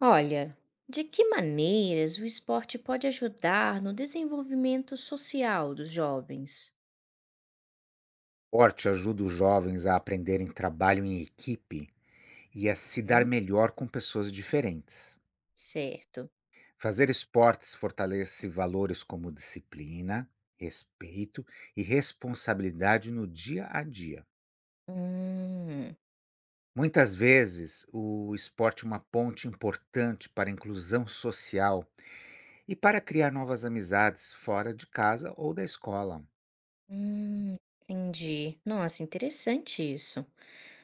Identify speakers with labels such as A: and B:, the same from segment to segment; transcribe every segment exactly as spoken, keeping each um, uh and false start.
A: Olha, de que maneiras o esporte pode ajudar no desenvolvimento social dos jovens?
B: Esporte ajuda os jovens a aprenderem trabalho em equipe e a se dar
A: Hum,
B: melhor com pessoas diferentes.
A: certo.
B: Fazer esportes fortalece valores como disciplina, respeito e responsabilidade no dia a dia.
A: Hum,
B: Muitas vezes, o esporte é uma ponte importante para a inclusão social e para criar novas amizades fora de casa ou da escola.
A: hum, entendi. Nossa, interessante isso.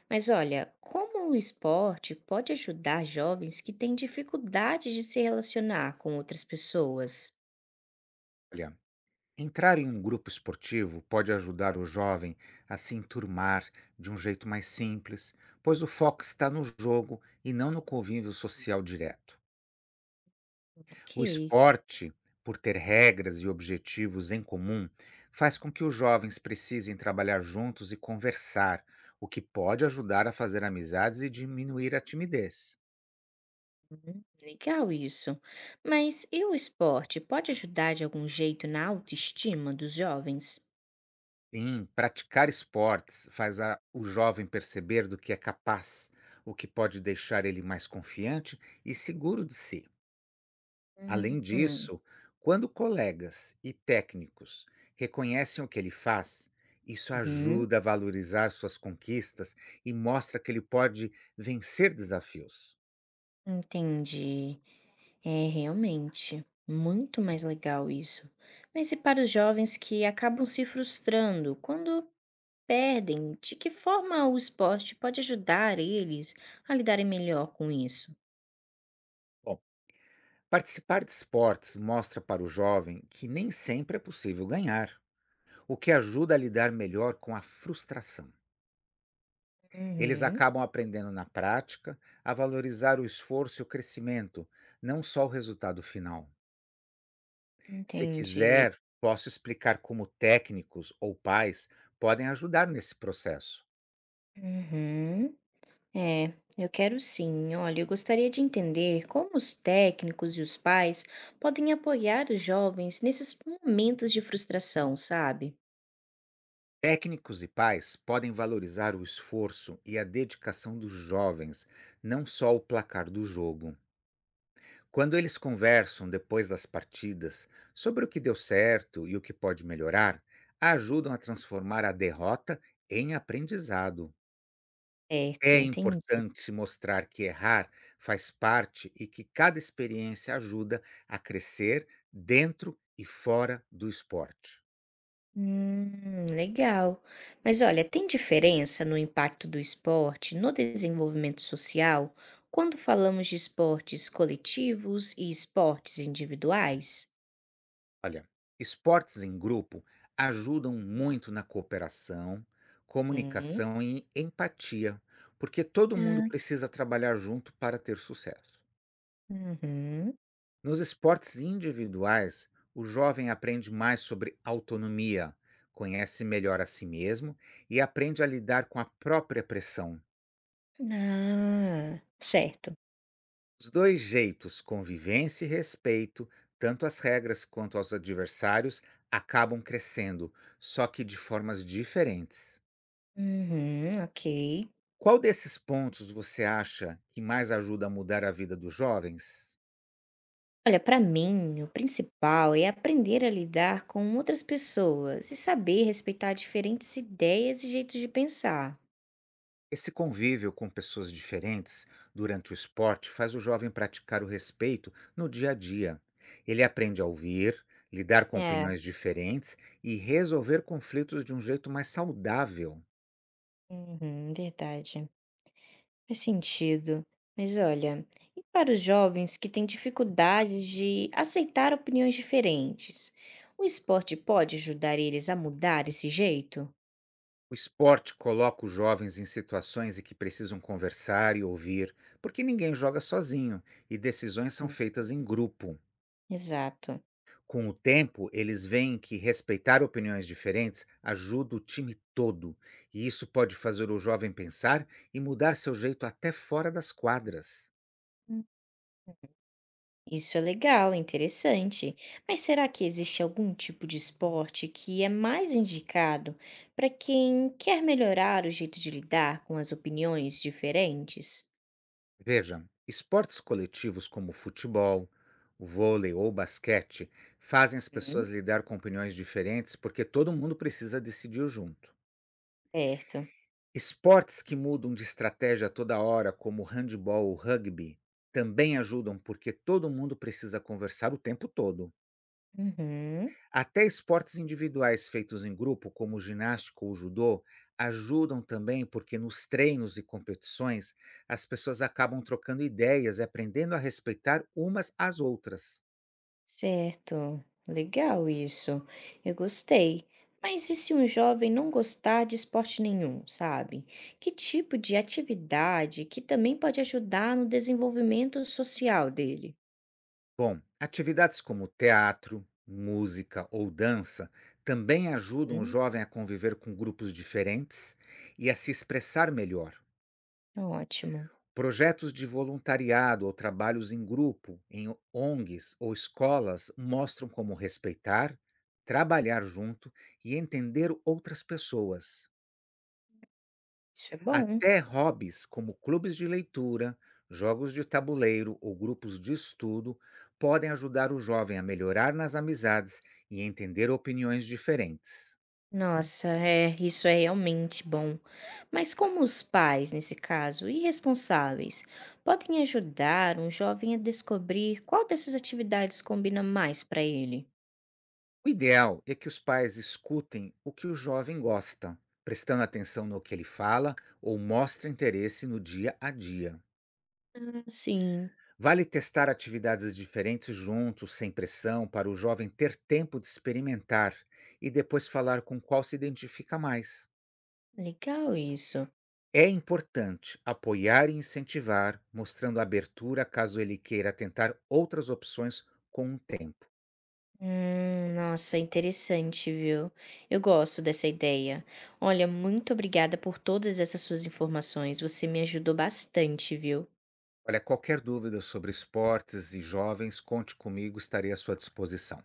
A: Mas olha, como o esporte pode ajudar jovens que têm dificuldade de se relacionar com outras pessoas?
B: Olha, entrar em um grupo esportivo pode ajudar o jovem a se enturmar de um jeito mais simples, pois o foco está no jogo e não no convívio social direto. O
A: Ok,
B: esporte, por ter regras e objetivos em comum, faz com que os jovens precisem trabalhar juntos e conversar, o que pode ajudar a fazer amizades e diminuir a timidez.
A: hum, legal isso. Mas e o esporte pode ajudar de algum jeito na autoestima dos jovens?
B: Sim, praticar esportes faz a- o jovem perceber do que é capaz, o que pode deixar ele mais confiante e seguro de si.
A: Hum.
B: Além disso, quando colegas e técnicos reconhecem o que ele faz, isso
A: Uhum,
B: ajuda a valorizar suas conquistas e mostra que ele pode vencer desafios.
A: entendi. É realmente muito mais legal isso. Mas e para os jovens que acabam se frustrando quando perdem, de que forma o esporte pode ajudar eles a lidarem melhor com isso?
B: Bom, participar de esportes mostra para o jovem que nem sempre é possível ganhar, o que ajuda a lidar melhor com a frustração. Eles
A: Uhum,
B: acabam aprendendo na prática a valorizar o esforço e o crescimento, não só o resultado final. Se
A: entendi.
B: quiser, posso explicar como técnicos ou pais podem ajudar nesse processo.
A: Uhum. É, eu quero sim. Olha, eu gostaria de entender como os técnicos e os pais podem apoiar os jovens nesses momentos de frustração, sabe?
B: Técnicos e pais podem valorizar o esforço e a dedicação dos jovens, não só o placar do jogo. Quando eles conversam depois das partidas sobre o que deu certo e o que pode melhorar, ajudam a transformar a derrota em aprendizado.
A: Certo,
B: É
A: entendi.
B: importante mostrar que errar faz parte e que cada experiência ajuda a crescer dentro e fora do esporte.
A: Hum, legal. Mas olha, tem diferença no impacto do esporte no desenvolvimento social quando falamos de esportes coletivos e esportes individuais?
B: Olha, esportes em grupo ajudam muito na cooperação,
A: Uhum.
B: comunicação e empatia, porque todo mundo
A: Ah,
B: precisa trabalhar junto para ter sucesso.
A: uhum.
B: Nos esportes individuais, o jovem aprende mais sobre autonomia, conhece melhor a si mesmo e aprende a lidar com a própria pressão.
A: Ah, certo.
B: Os dois jeitos, convivência e respeito, tanto as regras quanto aos adversários, acabam crescendo, só que de formas diferentes.
A: Uhum, ok.
B: Qual desses pontos você acha que mais ajuda a mudar a vida dos jovens?
A: Olha, para mim, o principal é aprender a lidar com outras pessoas e saber respeitar diferentes ideias e jeitos de pensar.
B: Esse convívio com pessoas diferentes durante o esporte faz o jovem praticar o respeito no dia a dia. Ele aprende a ouvir, lidar com
A: É,
B: opiniões diferentes e resolver conflitos de um jeito mais saudável.
A: uhum, verdade. Faz sentido. Mas olha, e para os jovens que têm dificuldades de aceitar opiniões diferentes, o esporte pode ajudar eles a mudar esse jeito?
B: O esporte coloca os jovens em situações em que precisam conversar e ouvir, porque ninguém joga sozinho e decisões são
A: Hum.
B: feitas em grupo.
A: Exato.
B: Com o tempo, eles veem que respeitar opiniões diferentes ajuda o time todo, e isso pode fazer o jovem pensar e mudar seu jeito até fora das quadras.
A: Hum. Isso é legal, é interessante. Mas será que existe algum tipo de esporte que é mais indicado para quem quer melhorar o jeito de lidar com as opiniões diferentes?
B: Veja, esportes coletivos como o futebol, o vôlei ou o basquete fazem as
A: Hum.
B: pessoas lidar com opiniões diferentes porque todo mundo precisa decidir junto.
A: Certo.
B: Esportes que mudam de estratégia toda hora, como o handebol ou rugby, também ajudam porque todo mundo precisa conversar o tempo todo.
A: Uhum.
B: Até esportes individuais feitos em grupo, como ginástica ou judô, ajudam também porque nos treinos e competições as pessoas acabam trocando ideias e aprendendo a respeitar umas às outras.
A: Certo, legal isso. Eu gostei. Mas e se um jovem não gostar de esporte nenhum, sabe? Que tipo de atividade que também pode ajudar no desenvolvimento social dele?
B: Bom, atividades como teatro, música ou dança também ajudam o
A: Hum,
B: jovem a conviver com grupos diferentes e a se expressar melhor.
A: ótimo.
B: Projetos de voluntariado ou trabalhos em grupo, em O N Gs ou escolas, mostram como respeitar, trabalhar junto e entender outras pessoas.
A: Isso é bom.
B: Até hobbies como clubes de leitura, jogos de tabuleiro ou grupos de estudo podem ajudar o jovem a melhorar nas amizades e entender opiniões diferentes.
A: Nossa, é, isso é realmente bom. Mas como os pais, nesse caso, e responsáveis, podem ajudar um jovem a descobrir qual dessas atividades combina mais para ele?
B: O ideal é que os pais escutem o que o jovem gosta, prestando atenção no que ele fala ou mostra interesse no dia a dia.
A: Ah, sim.
B: Vale testar atividades diferentes juntos, sem pressão, para o jovem ter tempo de experimentar e depois falar com qual se identifica mais.
A: Legal isso.
B: É importante apoiar e incentivar, mostrando abertura caso ele queira tentar outras opções com o tempo.
A: Hum, nossa, interessante, viu? Eu gosto dessa ideia. Olha, muito obrigada por todas essas suas informações. Você me ajudou bastante, viu?
B: Olha, qualquer dúvida sobre esportes e jovens, conte comigo, estarei à sua disposição.